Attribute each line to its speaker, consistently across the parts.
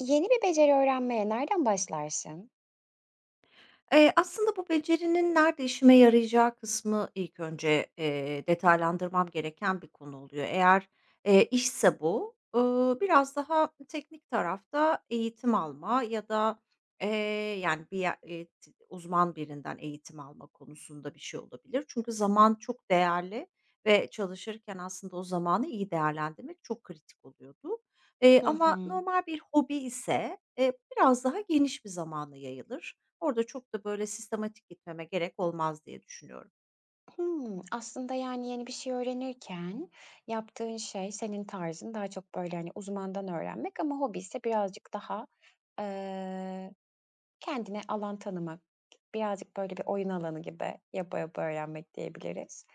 Speaker 1: Yeni bir beceri öğrenmeye nereden başlarsın?
Speaker 2: Aslında bu becerinin nerede işime yarayacağı kısmı ilk önce, detaylandırmam gereken bir konu oluyor. Eğer işse bu, biraz daha teknik tarafta eğitim alma ya da, eee, yani, bir ye t uzman birinden eğitim alma konusunda bir şey olabilir. Çünkü zaman çok değerli ve çalışırken aslında o zamanı iyi değerlendirmek çok kritik oluyordu. Eee,
Speaker 1: Hı
Speaker 2: ama
Speaker 1: hı.
Speaker 2: normal bir hobi ise, biraz daha geniş bir zamana yayılır. Orada çok da böyle sistematik gitmeme gerek olmaz diye düşünüyorum.
Speaker 1: Hımm, aslında, yani, yeni bir şey öğrenirken yaptığın şey senin tarzın daha çok, böyle, hani, uzmandan öğrenmek ama hobi ise birazcık daha, kendine alan tanımak, birazcık böyle bir oyun alanı gibi yapa yapa öğrenmek diyebiliriz.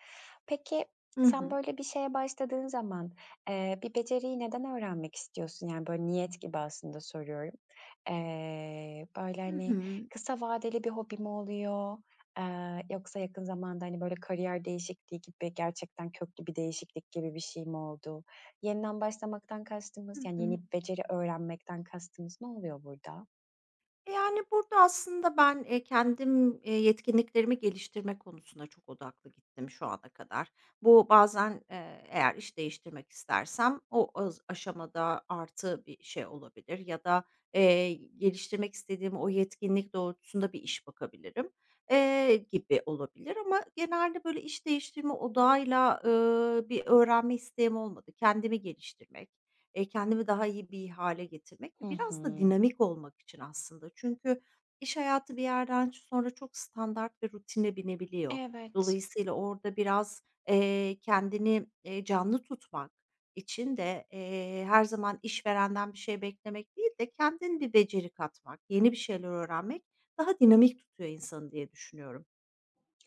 Speaker 1: Peki,
Speaker 2: Hı
Speaker 1: sen
Speaker 2: hı.
Speaker 1: böyle bir şeye başladığın zaman, bir beceriyi neden öğrenmek istiyorsun? Yani, böyle, niyet gibi aslında soruyorum. Böyle,
Speaker 2: Hı
Speaker 1: hani,
Speaker 2: hı.
Speaker 1: kısa vadeli bir hobi mi oluyor, yoksa yakın zamanda, hani, böyle, kariyer değişikliği gibi gerçekten köklü bir değişiklik gibi bir şey mi oldu? Yeniden başlamaktan
Speaker 2: Hı
Speaker 1: kastımız, yani, yeni
Speaker 2: hı.
Speaker 1: bir beceri öğrenmekten kastımız ne oluyor burada?
Speaker 2: Yani, burada aslında ben, kendim, yetkinliklerimi geliştirme konusuna çok odaklı gittim şu ana kadar. Bu bazen, eğer iş değiştirmek istersem o az aşamada artı bir şey olabilir ya da, geliştirmek istediğim o yetkinlik doğrultusunda bir iş bakabilirim, gibi olabilir ama genelde, böyle, iş değiştirme odağıyla, bir öğrenme isteğim olmadı. Kendimi daha iyi bir hale getirmek
Speaker 1: Hı
Speaker 2: ve
Speaker 1: hı.
Speaker 2: biraz da dinamik olmak için aslında. Çünkü iş hayatı bir yerden sonra çok standart ve rutine binebiliyor.
Speaker 1: Evet,
Speaker 2: Dolayısıyla orada biraz, kendini, canlı tutmak için de, her zaman işverenden bir şey beklemek değil de kendin bir beceri katmak, yeni bir şeyler öğrenmek daha dinamik tutuyor insanı diye düşünüyorum.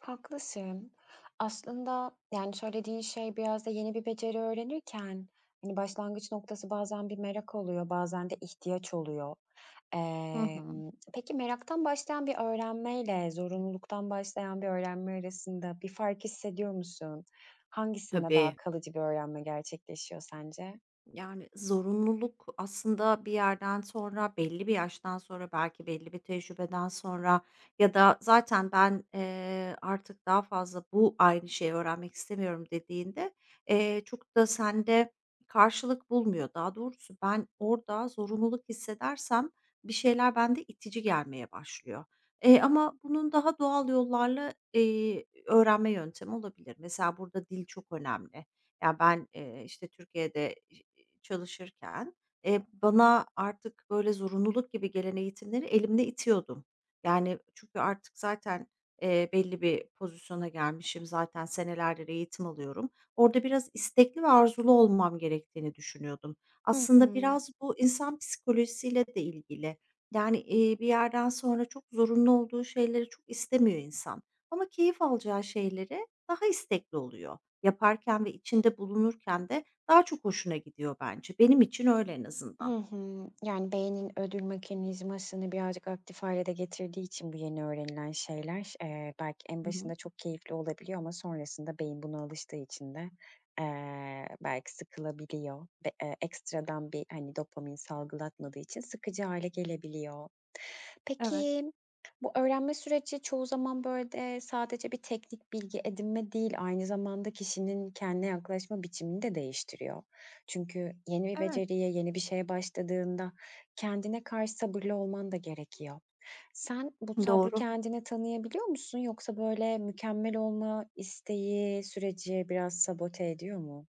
Speaker 1: haklısın. Aslında, yani, söylediğin şey biraz da yeni bir beceri öğrenirken, hani, başlangıç noktası bazen bir merak oluyor, bazen de ihtiyaç oluyor.
Speaker 2: Hı hı.
Speaker 1: Peki, meraktan başlayan bir öğrenmeyle zorunluluktan başlayan bir öğrenme arasında bir fark hissediyor musun? Hangisinde daha
Speaker 2: Tabii.
Speaker 1: kalıcı bir öğrenme gerçekleşiyor sence?
Speaker 2: Yani, zorunluluk aslında bir yerden sonra, belli bir yaştan sonra, belki belli bir tecrübeden sonra ya da zaten ben, artık daha fazla bu aynı şeyi öğrenmek istemiyorum dediğinde, çok da sende karşılık bulmuyor. Daha doğrusu ben orada zorunluluk hissedersem bir şeyler bende itici gelmeye başlıyor. Ama bunun daha doğal yollarla, öğrenme yöntemi olabilir. Mesela burada dil çok önemli. Ya, ben, işte, Türkiye'de çalışırken, bana artık böyle zorunluluk gibi gelen eğitimleri elimle itiyordum. Yani, çünkü artık zaten, belli bir pozisyona gelmişim. Zaten senelerdir eğitim alıyorum. Orada biraz istekli ve arzulu olmam gerektiğini düşünüyordum.
Speaker 1: Hı
Speaker 2: Aslında
Speaker 1: hı.
Speaker 2: biraz bu insan psikolojisiyle de ilgili. Yani, bir yerden sonra çok zorunlu olduğu şeyleri çok istemiyor insan ama keyif alacağı şeylere daha istekli oluyor. Yaparken ve içinde bulunurken de daha çok hoşuna gidiyor bence. Benim için öyle en azından.
Speaker 1: Hı hı. Yani, beynin ödül mekanizmasını birazcık aktif hale de getirdiği için bu yeni öğrenilen şeyler, belki en
Speaker 2: Hı hı.
Speaker 1: başında çok keyifli olabiliyor ama sonrasında beyin buna alıştığı için de, belki sıkılabiliyor ve, ekstradan bir, hani, dopamin salgılatmadığı için sıkıcı hale gelebiliyor.
Speaker 2: Evet.
Speaker 1: Peki, bu öğrenme süreci çoğu zaman, böyle, de sadece bir teknik bilgi edinme değil, aynı zamanda kişinin kendine yaklaşma biçimini de değiştiriyor. Çünkü yeni bir
Speaker 2: Evet.
Speaker 1: beceriye, yeni bir şeye başladığında kendine karşı sabırlı olman da gerekiyor. Sen bu sabrı
Speaker 2: Doğru.
Speaker 1: kendine tanıyabiliyor musun yoksa böyle mükemmel olma isteği süreci biraz sabote ediyor mu?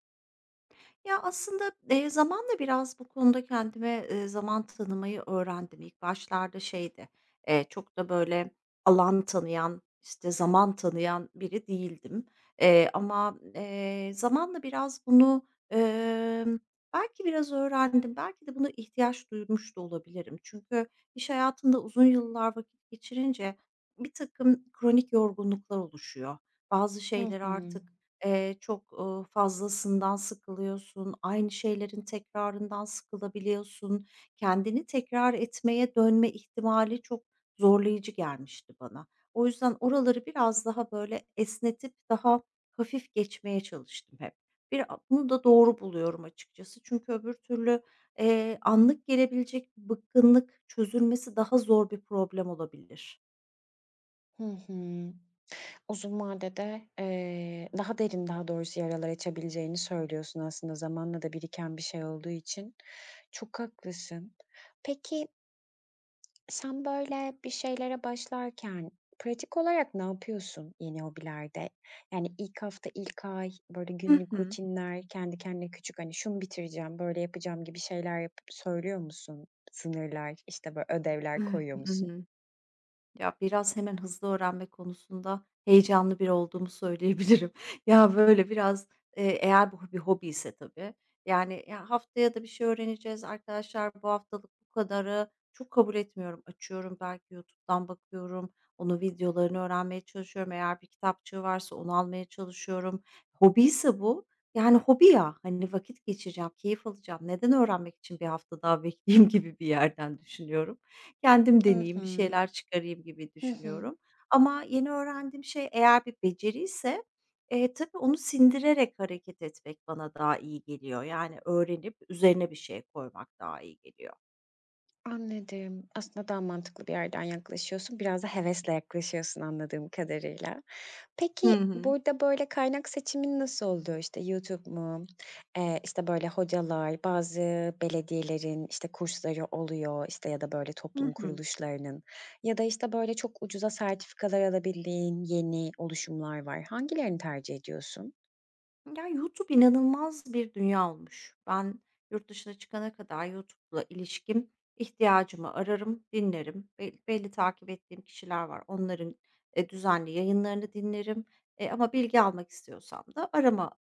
Speaker 2: Ya, aslında, zamanla biraz bu konuda kendime, zaman tanımayı öğrendim. İlk başlarda şeydi, çok da böyle alan tanıyan, işte, zaman tanıyan biri değildim. Ama zamanla biraz bunu, belki biraz öğrendim, belki de buna ihtiyaç duymuş da olabilirim. Çünkü iş hayatında uzun yıllar vakit geçirince bir takım kronik yorgunluklar oluşuyor. Bazı
Speaker 1: Hı
Speaker 2: şeyleri
Speaker 1: hı.
Speaker 2: artık Eee, çok, ııı, fazlasından sıkılıyorsun, aynı şeylerin tekrarından sıkılabiliyorsun. Kendini tekrar etmeye dönme ihtimali çok zorlayıcı gelmişti bana. O yüzden oraları biraz daha, böyle, esnetip daha hafif geçmeye çalıştım hep. Bir bunu da doğru buluyorum açıkçası. Çünkü öbür türlü, anlık gelebilecek bıkkınlık çözülmesi daha zor bir problem olabilir.
Speaker 1: Hı hı. Uzun vadede, daha derin, daha doğrusu yaralar açabileceğini söylüyorsun aslında zamanla da biriken bir şey olduğu için. Çok haklısın. Peki, sen böyle bir şeylere başlarken pratik olarak ne yapıyorsun yeni hobilerde? Yani ilk hafta, ilk ay böyle
Speaker 2: Hı
Speaker 1: günlük
Speaker 2: hı.
Speaker 1: rutinler, kendi kendine küçük hani şunu bitireceğim, böyle yapacağım gibi şeyler yapıp söylüyor musun? Sınırlar, işte böyle ödevler
Speaker 2: Hı
Speaker 1: koyuyor musun?
Speaker 2: hı. Ya, biraz hemen hızlı öğrenme konusunda heyecanlı biri olduğumu söyleyebilirim. Ya, böyle biraz, eğer bu bir hobi ise tabii, yani, ya, haftaya da bir şey öğreneceğiz arkadaşlar, bu haftalık bu kadarı çok kabul etmiyorum. Açıyorum belki YouTube'dan bakıyorum, onun videolarını öğrenmeye çalışıyorum. Eğer bir kitapçığı varsa onu almaya çalışıyorum. Hobi ise bu, yani, hobi ya, hani, vakit geçireceğim, keyif alacağım. Neden öğrenmek için bir hafta daha bekleyeyim gibi bir yerden düşünüyorum. Kendim
Speaker 1: Hı
Speaker 2: deneyeyim, bir
Speaker 1: hı.
Speaker 2: şeyler çıkarayım gibi
Speaker 1: Hı hı.
Speaker 2: düşünüyorum. Ama yeni öğrendiğim şey eğer bir beceriyse, tabii onu sindirerek hareket etmek bana daha iyi geliyor. Yani öğrenip üzerine bir şey koymak daha iyi geliyor.
Speaker 1: Anladım. Aslında daha mantıklı bir yerden yaklaşıyorsun. Biraz da hevesle yaklaşıyorsun anladığım kadarıyla.
Speaker 2: Hı
Speaker 1: Peki
Speaker 2: hı.
Speaker 1: burada böyle kaynak seçimin nasıl oldu? İşte YouTube mu? İşte böyle hocalar, bazı belediyelerin işte kursları oluyor işte ya da böyle
Speaker 2: Hı
Speaker 1: toplum
Speaker 2: hı.
Speaker 1: kuruluşlarının ya da işte böyle çok ucuza sertifikalar alabildiğin yeni oluşumlar var. Hangilerini tercih ediyorsun?
Speaker 2: Ya, YouTube inanılmaz bir dünya olmuş. Ben yurt dışına çıkana kadar YouTube'la ilişkim, ihtiyacımı ararım, dinlerim. Belli takip ettiğim kişiler var. Onların, düzenli yayınlarını dinlerim, ama bilgi almak istiyorsam da arama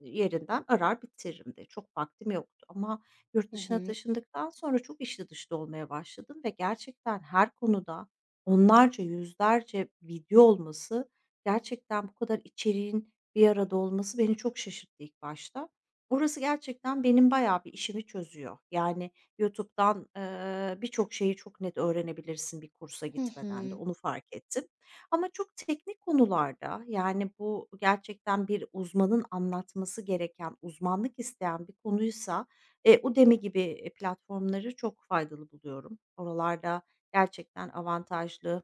Speaker 2: yerinden arar bitiririm de. Çok vaktim yoktu ama yurt
Speaker 1: Hı
Speaker 2: dışına
Speaker 1: hı.
Speaker 2: taşındıktan sonra çok içli dışlı olmaya başladım ve gerçekten her konuda onlarca, yüzlerce video olması gerçekten bu kadar içeriğin bir arada olması beni çok şaşırttı ilk başta. Orası gerçekten benim bayağı bir işimi çözüyor. Yani YouTube'dan, birçok şeyi çok net öğrenebilirsin bir kursa
Speaker 1: Hı
Speaker 2: gitmeden de,
Speaker 1: hı.
Speaker 2: onu fark ettim. Ama çok teknik konularda, yani bu gerçekten bir uzmanın anlatması gereken, uzmanlık isteyen bir konuysa, Udemy gibi, platformları çok faydalı buluyorum. Oralarda gerçekten avantajlı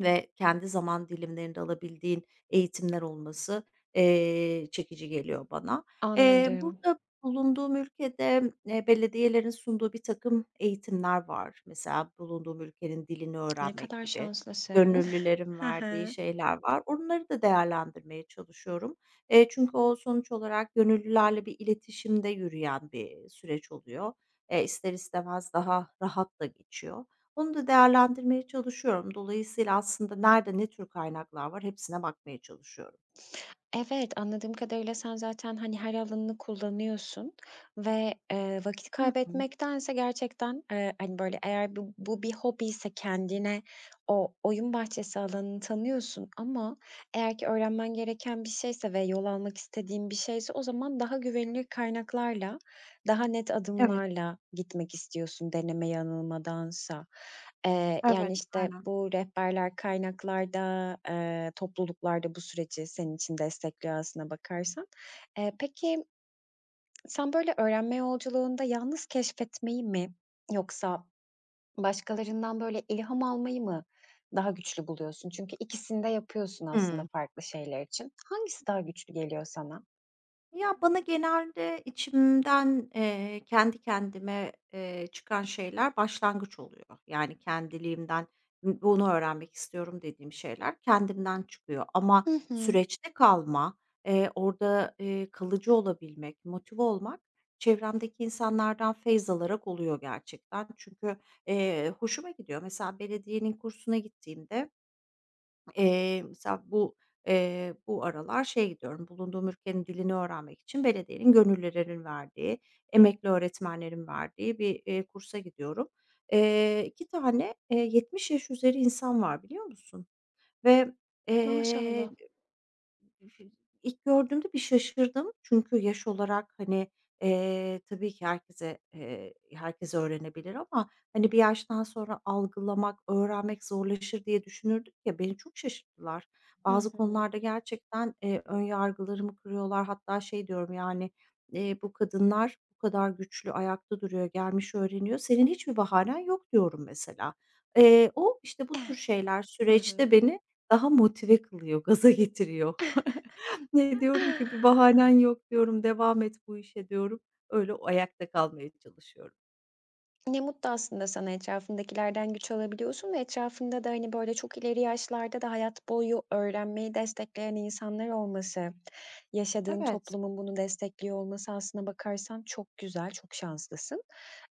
Speaker 2: ve kendi zaman dilimlerinde alabildiğin eğitimler olması, çekici geliyor bana. Eee,
Speaker 1: Anladım.
Speaker 2: burada bulunduğum ülkede, belediyelerin sunduğu bir takım eğitimler var. Mesela bulunduğum ülkenin dilini
Speaker 1: Ne
Speaker 2: öğrenmek
Speaker 1: kadar
Speaker 2: gibi
Speaker 1: şanslısın.
Speaker 2: gönüllülerin
Speaker 1: Hı
Speaker 2: verdiği
Speaker 1: hı.
Speaker 2: şeyler var. Onları da değerlendirmeye çalışıyorum. Çünkü o sonuç olarak gönüllülerle bir iletişimde yürüyen bir süreç oluyor. İster istemez daha rahat da geçiyor. Onu da değerlendirmeye çalışıyorum. Dolayısıyla aslında nerede ne tür kaynaklar var hepsine bakmaya çalışıyorum.
Speaker 1: Evet, anladığım kadarıyla sen zaten, hani, her alanını kullanıyorsun ve, vakit
Speaker 2: Hı hı.
Speaker 1: kaybetmektense gerçekten, hani, böyle, eğer bu bir hobi ise kendine o oyun bahçesi alanını tanıyorsun ama eğer ki öğrenmen gereken bir şeyse ve yol almak istediğin bir şeyse o zaman daha güvenilir kaynaklarla daha net
Speaker 2: Evet,
Speaker 1: adımlarla gitmek istiyorsun deneme yanılmadansa. Yani,
Speaker 2: evet,
Speaker 1: işte,
Speaker 2: aynen.
Speaker 1: bu rehberler kaynaklarda, topluluklarda bu süreci senin için destekliyor aslına bakarsan. Peki, sen böyle öğrenme yolculuğunda yalnız keşfetmeyi mi yoksa başkalarından böyle ilham almayı mı daha güçlü buluyorsun? Çünkü ikisini de yapıyorsun aslında
Speaker 2: Hıı.
Speaker 1: farklı şeyler için. Hangisi daha güçlü geliyor sana?
Speaker 2: Ya, bana genelde içimden, kendi kendime, çıkan şeyler başlangıç oluyor. Yani, kendiliğimden, bunu öğrenmek istiyorum dediğim şeyler kendimden çıkıyor ama
Speaker 1: Hı hı.
Speaker 2: süreçte kalma, orada, kalıcı olabilmek, motive olmak çevremdeki insanlardan feyz alarak oluyor gerçekten. Çünkü, hoşuma gidiyor. Mesela belediyenin kursuna gittiğimde mesela bu, bu aralar şeye gidiyorum, bulunduğum ülkenin dilini öğrenmek için belediyenin gönüllülerin verdiği, emekli öğretmenlerin verdiği bir, kursa gidiyorum. 2 tane, 70 yaş üzeri insan var biliyor musun? Ve, eee
Speaker 1: Maşallah.
Speaker 2: İlk gördüğümde bir şaşırdım. Çünkü yaş olarak, hani, tabii ki herkese, herkes öğrenebilir ama, hani, bir yaştan sonra algılamak, öğrenmek zorlaşır diye düşünürdük ya, beni çok şaşırttılar.
Speaker 1: Hı
Speaker 2: Bazı
Speaker 1: hı.
Speaker 2: konularda gerçekten, ön yargılarımı kırıyorlar. Hatta şey diyorum, yani, "Bu kadınlar bu kadar güçlü ayakta duruyor, gelmiş öğreniyor. Senin hiçbir bahanen yok." diyorum mesela. O, işte, bu tür şeyler
Speaker 1: Hı
Speaker 2: süreçte
Speaker 1: hı.
Speaker 2: beni daha motive kılıyor, gaza getiriyor. Ne diyorum ki bir bahanen yok diyorum, devam et bu işe diyorum. Öyle o ayakta kalmaya çalışıyorum.
Speaker 1: Ne mutlu aslında sana, etrafındakilerden güç alabiliyorsun ve etrafında da, hani, böyle, çok ileri yaşlarda da hayat boyu öğrenmeyi destekleyen insanlar olması, yaşadığın
Speaker 2: Evet,
Speaker 1: toplumun bunu destekliyor olması aslına bakarsan çok güzel, çok şanslısın.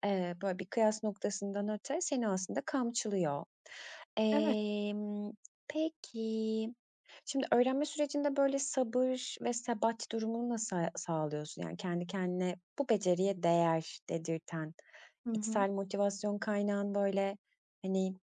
Speaker 1: Böyle, bir kıyas noktasından öte seni aslında kamçılıyor.
Speaker 2: evet.
Speaker 1: Emm, peki, şimdi öğrenme sürecinde, böyle, sabır ve sebat durumunu nasıl sağlıyorsun? Yani kendi kendine, "Bu beceriye değer." dedirten
Speaker 2: Hı hı.
Speaker 1: İçsel motivasyon kaynağın, böyle, hani,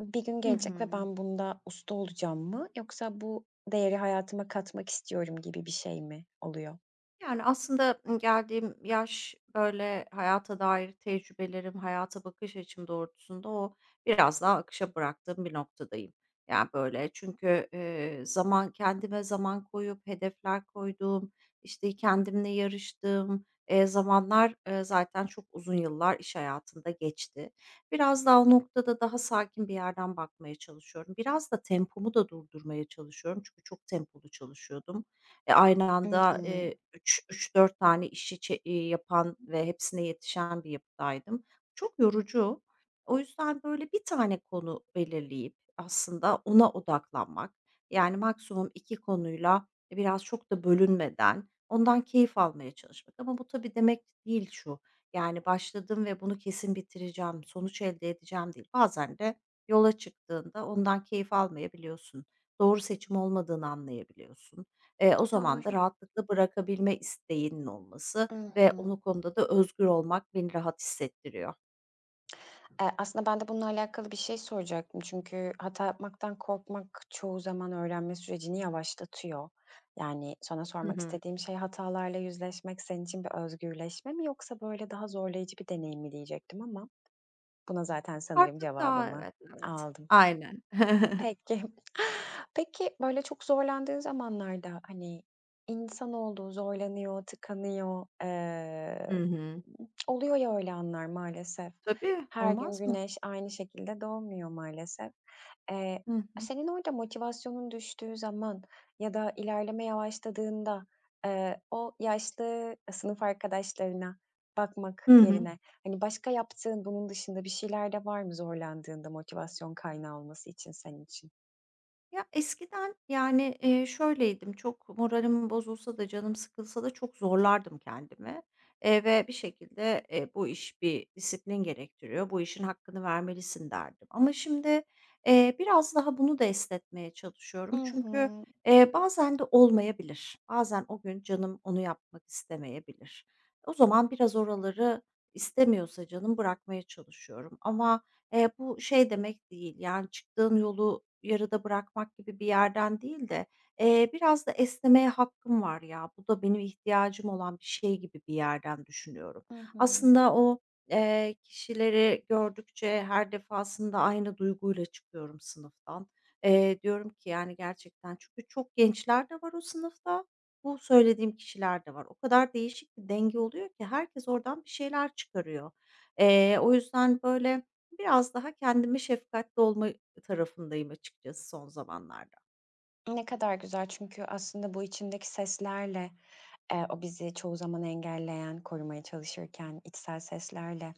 Speaker 1: "Bir gün
Speaker 2: Hı
Speaker 1: gelecek ve
Speaker 2: hı.
Speaker 1: ben bunda usta olacağım." mı yoksa "Bu değeri hayatıma katmak istiyorum." gibi bir şey mi oluyor?
Speaker 2: Yani, aslında, geldiğim yaş, böyle, hayata dair tecrübelerim, hayata bakış açım doğrultusunda o biraz daha akışa bıraktığım bir noktadayım. Yani, böyle, çünkü, kendime zaman koyup hedefler koyduğum, işte, kendimle yarıştığım, zamanlar, zaten çok uzun yıllar iş hayatında geçti. Biraz daha o noktada daha sakin bir yerden bakmaya çalışıyorum. Biraz da tempomu da durdurmaya çalışıyorum çünkü çok tempolu çalışıyordum. Aynı
Speaker 1: I hı.
Speaker 2: anda, 3-4 tane işi yapan ve hepsine yetişen bir yapıdaydım. Çok yorucu. O yüzden, böyle, bir tane konu belirleyip aslında ona odaklanmak, yani, maksimum 2 konuyla biraz çok da bölünmeden ondan keyif almaya çalışmak ama bu tabii demek değil şu, yani, başladım ve bunu kesin bitireceğim, sonuç elde edeceğim değil. Bazen de yola çıktığında ondan keyif almayabiliyorsun. Doğru seçim olmadığını anlayabiliyorsun. O zaman da
Speaker 1: Doğru.
Speaker 2: rahatlıkla bırakabilme isteğinin olması
Speaker 1: I
Speaker 2: ve
Speaker 1: hı.
Speaker 2: o konuda da özgür olmak beni rahat hissettiriyor.
Speaker 1: Aslında ben de bununla alakalı bir şey soracaktım. Çünkü hata yapmaktan korkmak çoğu zaman öğrenme sürecini yavaşlatıyor. Yani, sana
Speaker 2: Hı
Speaker 1: sormak
Speaker 2: hı.
Speaker 1: istediğim şey, hatalarla yüzleşmek senin için bir özgürleşme mi yoksa, böyle, daha zorlayıcı bir deneyim mi diyecektim ama buna zaten sanırım
Speaker 2: Artık daha
Speaker 1: cevabımı
Speaker 2: evet, evet.
Speaker 1: aldım.
Speaker 2: Aynen.
Speaker 1: Peki. Peki, böyle, çok zorlandığın zamanlarda, hani, insan olduğu zorlanıyor, tıkanıyor,
Speaker 2: Hı hı.
Speaker 1: oluyor ya öyle anlar maalesef.
Speaker 2: Tabii.
Speaker 1: Her gün
Speaker 2: Olmaz mı?
Speaker 1: güneş aynı şekilde doğmuyor maalesef. Eee,
Speaker 2: Hı hı.
Speaker 1: senin orada motivasyonun düştüğü zaman ya da ilerleme yavaşladığında, o yaşlı sınıf arkadaşlarına bakmak
Speaker 2: Hı hı.
Speaker 1: yerine, hani, başka yaptığın bunun dışında bir şeyler de var mı zorlandığında motivasyon kaynağı olması için senin için?
Speaker 2: Ya, eskiden, yani, şöyleydim, çok moralim bozulsa da, canım sıkılsa da çok zorlardım kendimi, ve bir şekilde, bu iş bir disiplin gerektiriyor, bu işin hakkını vermelisin derdim. Ama şimdi, biraz daha bunu da esnetmeye
Speaker 1: I
Speaker 2: çalışıyorum. Çünkü,
Speaker 1: hı.
Speaker 2: bazen de olmayabilir. Bazen o gün canım onu yapmak istemeyebilir. O zaman biraz oraları istemiyorsa canım bırakmaya çalışıyorum. Ama bu şey demek değil, yani, çıktığın yolu yarıda bırakmak gibi bir yerden değil de, biraz da esnemeye hakkım var ya, bu da benim ihtiyacım olan bir şey gibi bir yerden düşünüyorum.
Speaker 1: I hı.
Speaker 2: Aslında o, kişileri gördükçe her defasında aynı duyguyla çıkıyorum sınıftan. Diyorum ki, yani, gerçekten çünkü çok gençler de var o sınıfta, bu söylediğim kişiler de var. O kadar değişik bir denge oluyor ki herkes oradan bir şeyler çıkarıyor. O yüzden, biraz daha kendime şefkatli olma tarafındayım açıkçası son zamanlarda.
Speaker 1: Ne kadar güzel, çünkü aslında bu içindeki seslerle, o bizi çoğu zaman engelleyen, korumaya çalışırken içsel seslerle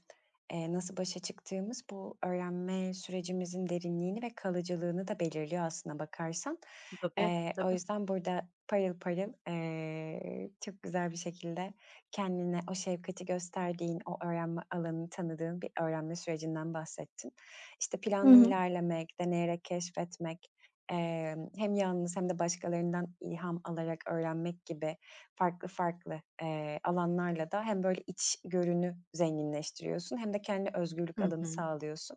Speaker 1: Nasıl başa çıktığımız bu öğrenme sürecimizin derinliğini ve kalıcılığını da belirliyor aslına bakarsan.
Speaker 2: Tabii,
Speaker 1: O
Speaker 2: tabii.
Speaker 1: yüzden burada parıl parıl, çok güzel bir şekilde kendine o şefkati gösterdiğin, o öğrenme alanını tanıdığın bir öğrenme sürecinden bahsettin. İşte,
Speaker 2: Hı
Speaker 1: planlı
Speaker 2: hı.
Speaker 1: ilerlemek, deneyerek keşfetmek, hem yalnız hem de başkalarından ilham alarak öğrenmek gibi farklı farklı, alanlarla da hem böyle içgörünü zenginleştiriyorsun hem de kendi özgürlük
Speaker 2: Hı
Speaker 1: alanı
Speaker 2: hı.
Speaker 1: sağlıyorsun.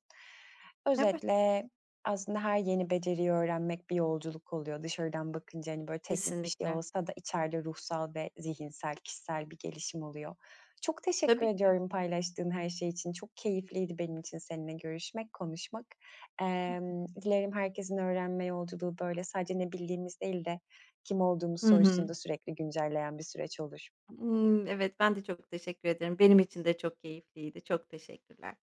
Speaker 2: Evet,
Speaker 1: Özetle aslında her yeni beceriyi öğrenmek bir yolculuk oluyor. Dışarıdan bakınca, hani, böyle teknik bir şey
Speaker 2: kesinlikle.
Speaker 1: olsa da içeride ruhsal ve zihinsel, kişisel bir gelişim oluyor. Çok teşekkür
Speaker 2: Tabii ki.
Speaker 1: ediyorum paylaştığın her şey için. Çok keyifliydi benim için seninle görüşmek, konuşmak. Dilerim herkesin öğrenme yolculuğu böyle sadece ne bildiğimiz değil de kim olduğumuz
Speaker 2: Hı
Speaker 1: sorusunu
Speaker 2: hı.
Speaker 1: da sürekli güncelleyen bir süreç olur.
Speaker 2: Evet, ben de çok teşekkür ederim. Benim için de çok keyifliydi. Çok teşekkürler.